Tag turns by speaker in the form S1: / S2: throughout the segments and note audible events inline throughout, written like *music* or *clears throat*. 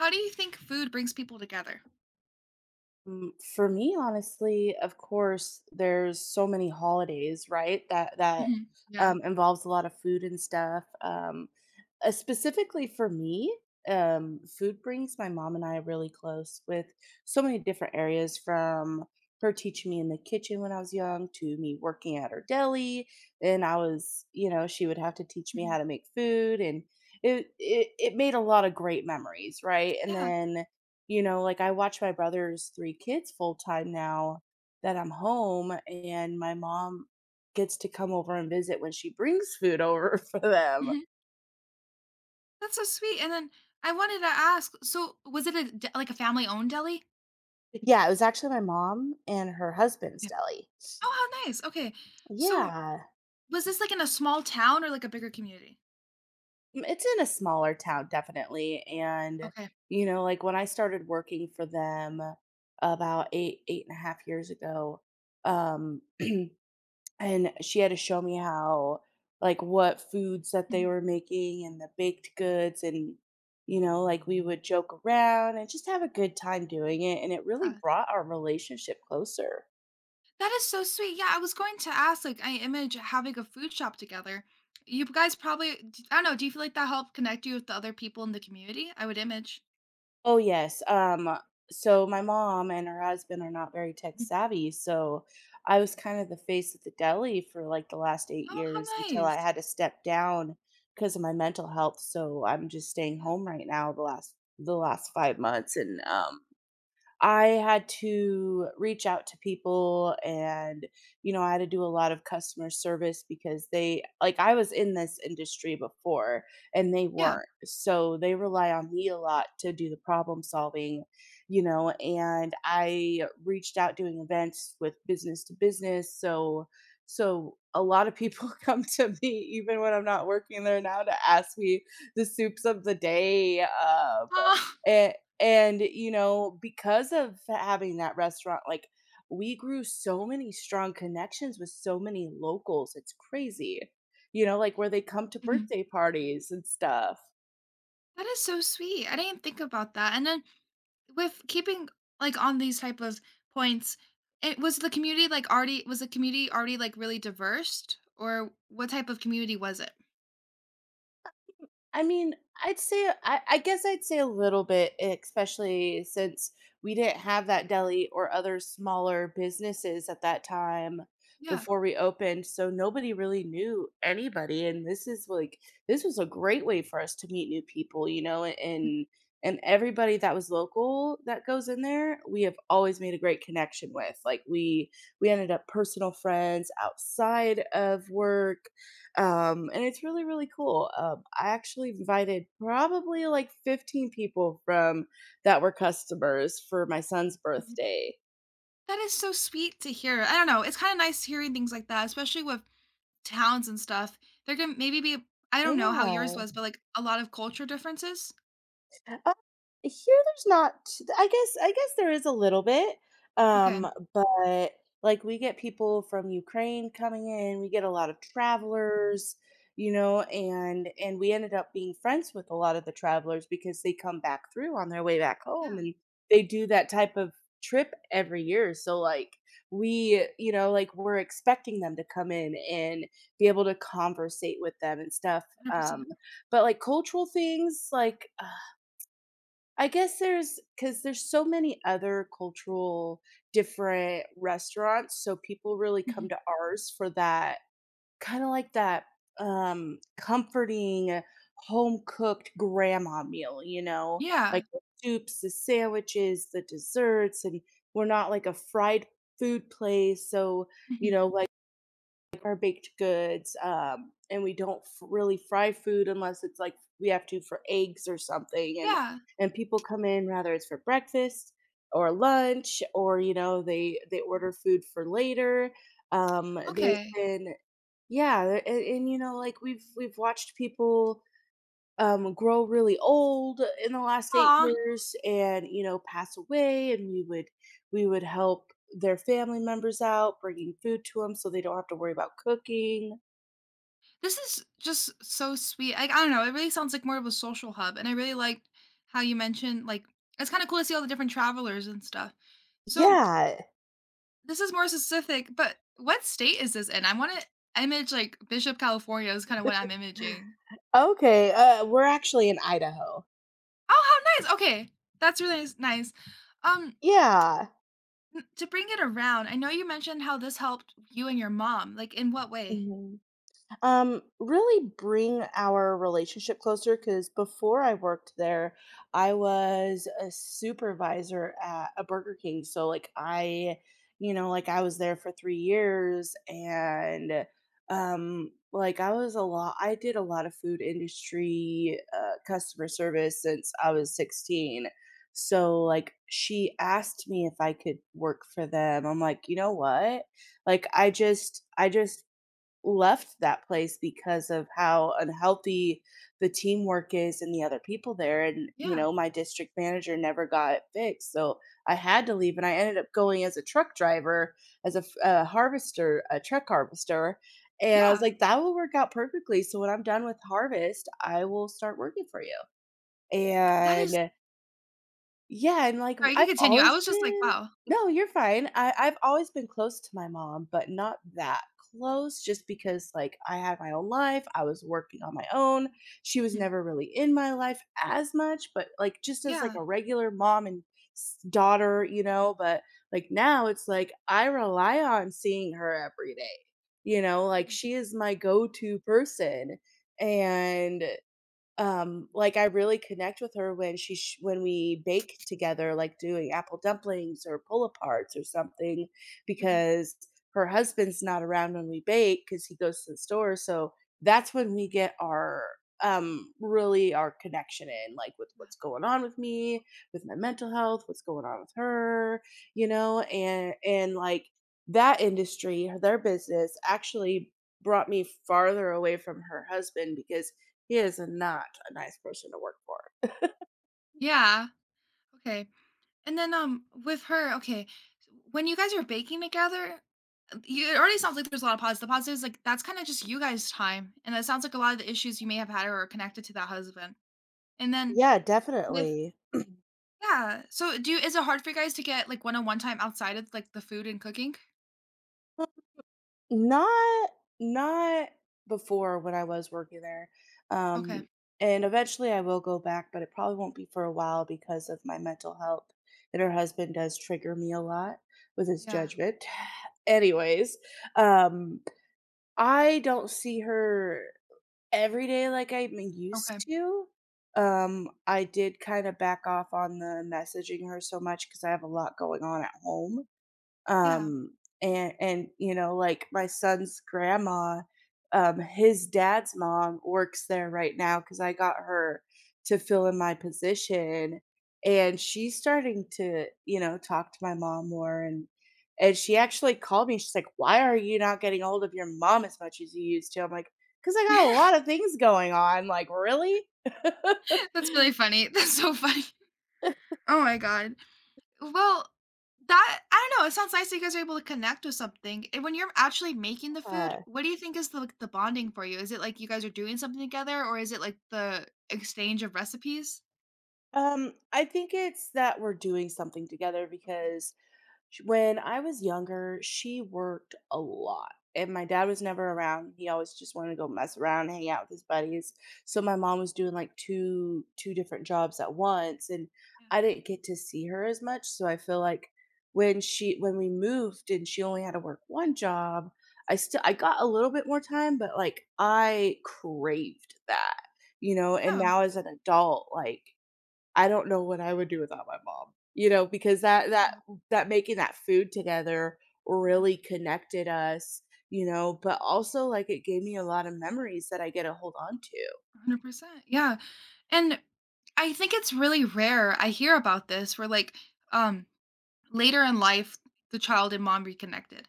S1: How do you think food brings people together?
S2: For me, honestly, of course, there's so many holidays, right? That
S1: Mhm. Yeah.
S2: involves a lot of food and stuff. Specifically for me, food brings my mom and I really close, with so many different areas, from her teaching me in the kitchen when I was young to me working at her deli. And I was, you know, she would have to teach me
S1: Mhm.
S2: how to make food, and it made a lot of great memories, right? And
S1: Yeah.
S2: then like, I watch my brother's 3 kids full-time now that I'm home, and my mom gets to come over and visit when she brings food over *laughs* for them.
S1: Mhm. That's so sweet, and then I wanted to ask, so was it a d like a family-owned deli?
S2: Yeah, it was actually my mom and her husband's
S1: Yeah.
S2: deli.
S1: Oh, how nice, okay. So,
S2: Yeah.
S1: was this, like, in a small town or, like, a bigger community?
S2: It's in a smaller town, definitely, and,
S1: Okay.
S2: you know, like, when I started working for them about 8.5 years ago, um *clears throat* and she had to show me how, like, what foods that they
S1: Mhm.
S2: were making and the baked goods. And, you know, like, we would joke around and just have a good time doing it, and it really
S1: Yeah.
S2: brought our relationship closer.
S1: That is so sweet, yeah, I was going to ask, like, I image having a food shop together. You guys probably d I don't know, do you feel like that helped connect you with the other people in the community? I would image.
S2: Oh, yes, so my mom and her husband are not very tech
S1: Mhm.
S2: savvy, so I was kind of the face of the deli for, like, the last 8
S1: Oh,
S2: years
S1: how
S2: until I
S1: nice.
S2: had to step down because of my mental health. So I'm just staying
S1: Yeah.
S2: home right now, the last 5 months, and, I had to reach out to people, and, you know, I had to do a lot of customer service because I was in this industry before and they
S1: Yeah. Yeah.
S2: weren't. So they rely on me a lot to do the problem solving, you know, and I reached out doing events with business to business. So, a lot of people *laughs* come to me even when I'm not working there now to ask me the soups of the day. Um, and, you know, because of having that restaurant, like, we grew so many strong connections with so many locals. It's crazy. You know, like, where they come to
S1: *laughs*
S2: birthday parties and stuff.
S1: That is so sweet. I didn't think about that. And then with keeping like on these type of points, it was the community already like really diverse, or what type of community was it?
S2: I mean, I'd say I guess I'd say a little bit, especially since we didn't have that deli or other smaller businesses at that time
S1: Yeah.
S2: before we opened. So nobody really knew anybody. And this is like this was a great way for us to meet new people, you know, and everybody that was local that goes in there, we have always made a great connection with. Like, we ended up personal friends outside of work, and it's really, really cool. I actually invited probably like 15 people from that were customers for my son's
S1: Mhm.
S2: birthday.
S1: That is so sweet to hear. I don't know. It's kind of nice hearing things like that, especially with towns and stuff. There can maybe be I don't know how yours
S2: Yeah.
S1: was, but like a lot of culture differences.
S2: Uh, here there's not t I guess there is a little bit, um,
S1: Okay.
S2: but, like, we get people from Ukraine coming in, we get a lot of travelers, you know, and we ended up being friends with a lot of the travelers because they come back through on their way back
S1: Yeah.
S2: home, and they do that type of trip every year. So, like, we're expecting them to come in and be able to conversate with them and stuff,
S1: 100%.
S2: um,
S1: percent
S2: but, like, cultural things, like, I guess cause there's so many other cultural different restaurants, so people really come
S1: Mhm.
S2: to ours for that kinda like that comforting, home-cooked grandma meal, you know?
S1: Yeah.
S2: Like, the soups, the sandwiches, the desserts. And we're not like a fried food place. So, you
S1: Mhm.
S2: know, like, our baked goods, and we don't f really fry food unless it's, like, we have to for eggs or something. and
S1: Yeah.
S2: and people come in, whether it's for breakfast or lunch or, you know, they order food for later. There's
S1: Okay.
S2: been Yeah, and, you know, like, we've watched people grow really old in the last 8
S1: Aw,
S2: years and, you know, pass away, and we would help their family members out, bringing food to them so they don't have to worry about cooking.
S1: this is just so sweet. Like, I don't know, it really sounds like more of a social hub, and I really liked how you mentioned, like, it's kind of cool to see all the different travelers and stuff. So
S2: Yeah.
S1: this is more specific, but what state is this in? I want to image like Bishop, California, is kind of what I'm imaging.
S2: Okay, we're actually in Idaho.
S1: Oh, how nice. Okay, that's really nice. Um,
S2: Yeah.
S1: to bring it around, I know you mentioned how this helped you and your mom. Like, in what way?
S2: Mhm. Really bring our relationship closer, because before I worked there, I was a supervisor at a Burger King, so, like, I you know like I was there for 3 years, and like, I did a lot of food industry customer service since I was 16. So, like, she asked me if I could work for them. I'm like, you know what, like, I just left that place because of how unhealthy the teamwork is and the other people there. And, you
S1: Yeah,
S2: know, my district manager never got it fixed. So I had to leave, and I ended up going as a truck driver, as a a truck harvester. And I was
S1: yeah.
S2: like, that will work out perfectly. So when I'm done with harvest, I will start working for you.
S1: That is.
S2: And yeah, and, like,
S1: Sorry, you can
S2: I've
S1: continue. I
S2: always
S1: was just like,
S2: been.
S1: wow.
S2: No, you're fine. I've always been close to my mom, but not that close, just because, like, I had my own life, I was working on my own. She was
S1: Mhm.
S2: never really in my life as much, but, like, just as, like,
S1: Yeah.
S2: a regular mom and s daughter, you know. But, like, now it's, like, I rely on seeing her every day, you know. Like,
S1: Mhm.
S2: she is my go-to person, and like, I really connect with her when when we bake together, like doing apple dumplings or pull aparts or something,
S1: Mhm.
S2: because her husband's not around when we bake because he goes to the store. So that's when we get our connection in, like, with what's going on with me, with my mental health, what's going on with her, you know, and, like, that industry, their business, actually brought me farther away from her husband, because he is not a nice person to work for.
S1: Yeah. Okay. And then with her, okay, when you guys are baking together, it already sounds like there's a lot of positives. The positives, like, that's kind of just you guys' time. And that sounds like a lot of the issues you may have had are connected to that husband. And then
S2: Yeah,
S1: with
S2: definitely.
S1: yeah. So do you is it hard for you guys to get like one on one time outside of like the food and cooking?
S2: Not Not before when I was working there.
S1: Okay.
S2: Um, and eventually I will go back, but it probably won't be for a while because of my mental health. And her husband does trigger me a lot with his
S1: Yeah.
S2: judgment. *sighs* Anyways, um, I don't see her every day like I'm
S1: Okay.
S2: used to. I did kind of back off on the messaging her so much because I have a lot going on at home,
S1: Yeah.
S2: um and, you know, like, my son's grandma, his dad's mom, works there right now, cuz I got her to fill in my position. And she's starting to, talk to my mom more, and she actually called me. She's like, why are you not getting hold of your mom as much as you used to? I'm like, cuz I got a lot
S1: *laughs*
S2: of things going on, like, really. *laughs*
S1: That's really funny. *laughs* That's so funny. Oh my god. Well, that I don't know, it sounds nice that you guys are able to connect with something, and when you're actually making the food,
S2: Yeah.
S1: what do you think is the, like, the bonding for you? Is it like you guys are doing something together, or is it like the exchange of recipes?
S2: I think it's that we're doing something together
S1: Okay,
S2: because, when I was younger, she worked a lot. And my dad
S1: yeah,
S2: was never around. He always just wanted to go mess around, hang out with his buddies. So my mom was doing like two different jobs at once, and
S1: yeah.
S2: I didn't get to see her as much. So I feel like, when we moved and she only had to work one job, I got a little bit more time, but, like, I craved that. You know, and
S1: Yeah,
S2: now as an adult, like, I don't know what I would do without my mom, you know, because that that
S1: wow.
S2: that making that food together
S1: Mhm,
S2: really connected us, you know, but also, like, it gave me a lot of memories that I get to hold on to.
S1: 100%, yeah, and I think it's really rare, I hear about this where, like, um, later in life, the child and mom reconnected.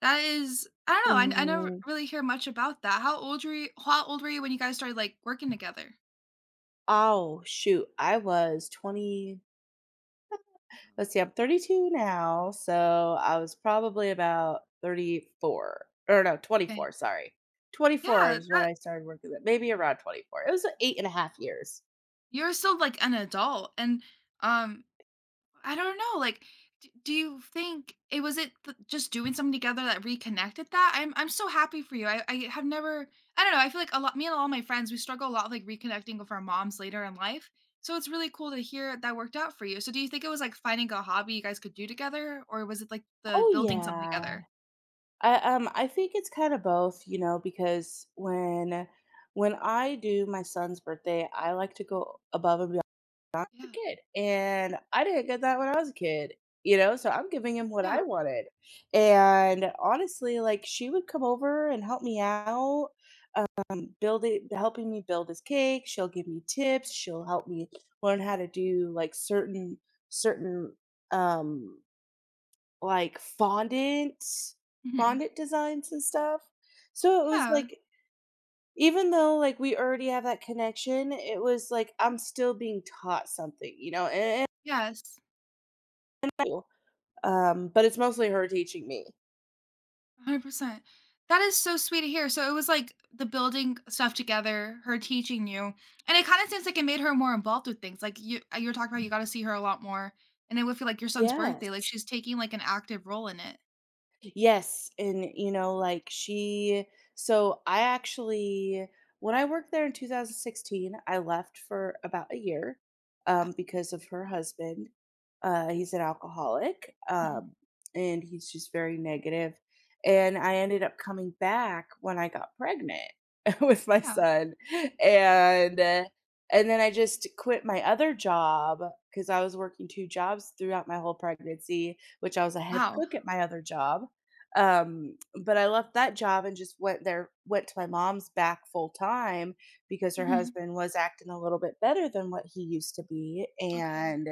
S1: That is I don't know, I never
S2: Mm.
S1: really hear much about that. How old were you when you guys started, like, working together?
S2: Oh, shoot, I was 20,
S1: Oh,
S2: let's see, I'm 32 now, so I was probably about 34, or no,
S1: okay.
S2: 24, sorry. 24
S1: Yeah,
S2: is when
S1: that
S2: I started working there, maybe around 24. It was
S1: okay.
S2: 8.5 years.
S1: You're still, like, an adult, and, um I don't know, like, d do you think it was it th just doing something together that reconnected that? I'm so happy for you. I have never. I don't know, I feel like a lot, me and all my friends, we struggle a lot with, like, reconnecting with our moms later in life, so it's really cool to hear that worked out for you. So do you think it was, like, finding a hobby you guys could do together, or was it, like, the
S2: Oh,
S1: building something
S2: yeah.
S1: together?
S2: I think it's kind of both, you know, because when I do my son's birthday, I like to go above and beyond. I was a
S1: Yeah.
S2: kid, and I didn't get that when I was a kid, you know, so I'm giving him what
S1: Yeah.
S2: I wanted. And honestly, like, she would come over and help me out, build it helping me build his cake. She'll give me
S1: Yeah.
S2: tips, she'll help me learn how to do, like, certain, um, like,
S1: Mhm.
S2: fondant designs and stuff. So it was
S1: Yeah.
S2: like, even though, like, we already have that connection, it was like I'm still being taught something, you know. And
S1: Yes.
S2: cool. But it's mostly her teaching me.
S1: 100%. That is so sweet to hear. So it was like the building stuff together, her teaching you. And it kind of seems like it made her more involved with things. Like you were talking about you got to see her a lot more. And it would feel like your son's birthday. Like
S2: Yes.
S1: she's taking like an active role in it.
S2: Yes, and, you know, like she so I actually, when I worked there in 2016, I left for about a year,
S1: Yeah.
S2: because of her husband. He's an alcoholic,
S1: Mhm.
S2: and he's just very negative. And I ended up coming back when I got pregnant *laughs* with my
S1: Yeah.
S2: son. And uh, and then I just quit my other job because I was working two jobs throughout my whole pregnancy, which I was a head
S1: Wow.
S2: cook at my other job. um, but I left that job and just went there, went to my mom's back full time, because her
S1: Hmm.
S2: husband was acting a little bit better than what he used to be.
S1: Okay.
S2: And,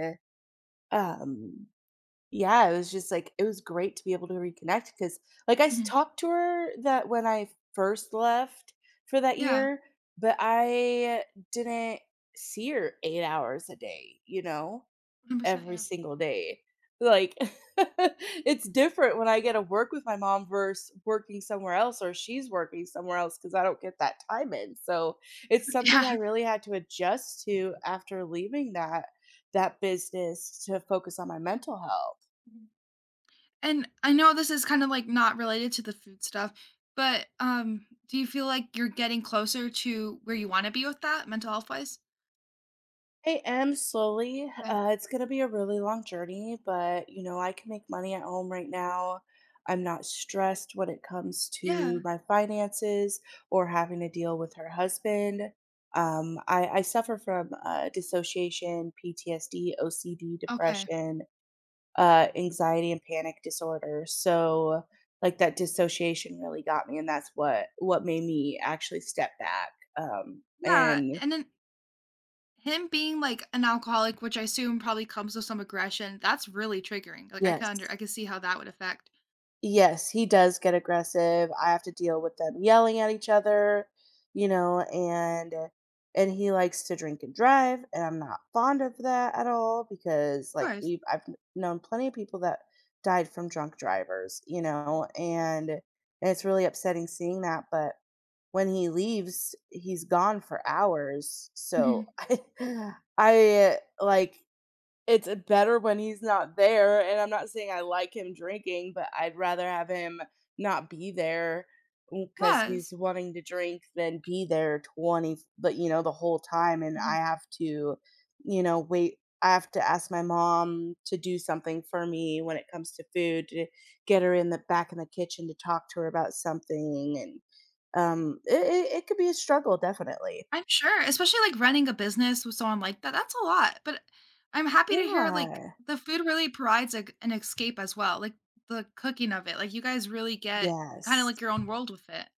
S2: um yeah, it was great to be able to reconnect, cuz, like, I
S1: Hmm.
S2: talked to her that when I first left for that
S1: Yeah.
S2: year, but I didn't see her 8 hours a day, you know?
S1: 100%.
S2: Every
S1: Yeah.
S2: single day. Like, *laughs* it's different when I get to work with my mom versus working somewhere else, or she's working somewhere else, because I don't get that time in. So it's
S1: *laughs*
S2: something
S1: Yeah.
S2: I really had to adjust to after leaving that business to focus on my mental health.
S1: Mhm. And I know this is kind of like not related to the food stuff, but do you feel like you're getting closer to where you want to be with that mental health wise?
S2: I am slowly.
S1: Okay.
S2: It's going to be a really long journey, but, you know, I can make money at home right now. I'm not stressed when it comes to
S1: Yeah.
S2: my finances or having to deal with her husband. I suffer from dissociation, PTSD, OCD,
S1: Okay.
S2: depression, anxiety, and panic disorder. So, like, that dissociation really got me, and that's what made me actually step back.
S1: Yeah,
S2: And
S1: and then him being, like, an alcoholic, which I assume probably comes with some aggression, that's really triggering, like, I
S2: Yes.
S1: can see how that would affect
S2: Yes, he does get aggressive. I have to deal with them yelling at each other, you know, and he likes to drink and drive, and I'm not fond
S1: Yeah.
S2: of that at all, because,
S1: Of
S2: like,
S1: course.
S2: we've I've kn- known plenty of people that died from drunk drivers, you
S1: Um,
S2: know.
S1: Yeah.
S2: And it's really upsetting seeing that, but when he leaves, he's gone for hours. So
S1: Mhm.
S2: *laughs* I like it's, better when he's not there, and I'm not saying I like him drinking, but I'd rather have him not be there because
S1: Yes.
S2: he's wanting to drink than be there 20, but, you know, the whole time. And I
S1: Mhm.
S2: have to, you know, wait, I have to ask my mom to do something for me when it comes to food, to get her in the back, in the kitchen, to talk to her about something. And, it could be a struggle, definitely.
S1: I'm sure, especially, like, running a business with someone like that, that's a lot, but I'm happy to hear, like,
S2: Yeah.
S1: the food really provides, like, an escape as well, like, the cooking of it, like, you guys really get kinda
S2: Yes.
S1: like your own world with it.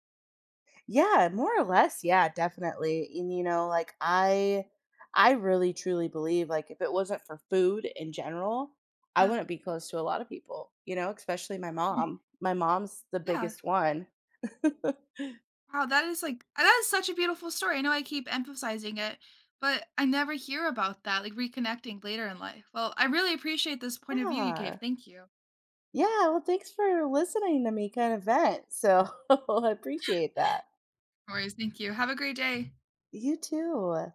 S2: Yeah, more or less. Yeah, definitely. And, you know, like, I really truly believe, like, if it wasn't for food in general, I
S1: Yeah.
S2: wouldn't be close to a lot of people, you know, especially my
S1: Mhm.
S2: mom. My mom's the
S1: Yeah.
S2: biggest one. *laughs*
S1: Wow, that is such a beautiful story. I know I keep emphasizing it, but I never hear about that, like reconnecting later in life. Well, I really appreciate this point of view you gave.
S2: Yeah.
S1: Thank you.
S2: Yeah, well, thanks for listening to me kind of vent. So, *laughs* I appreciate that.
S1: No worries. Thank you. Have a great day.
S2: You too.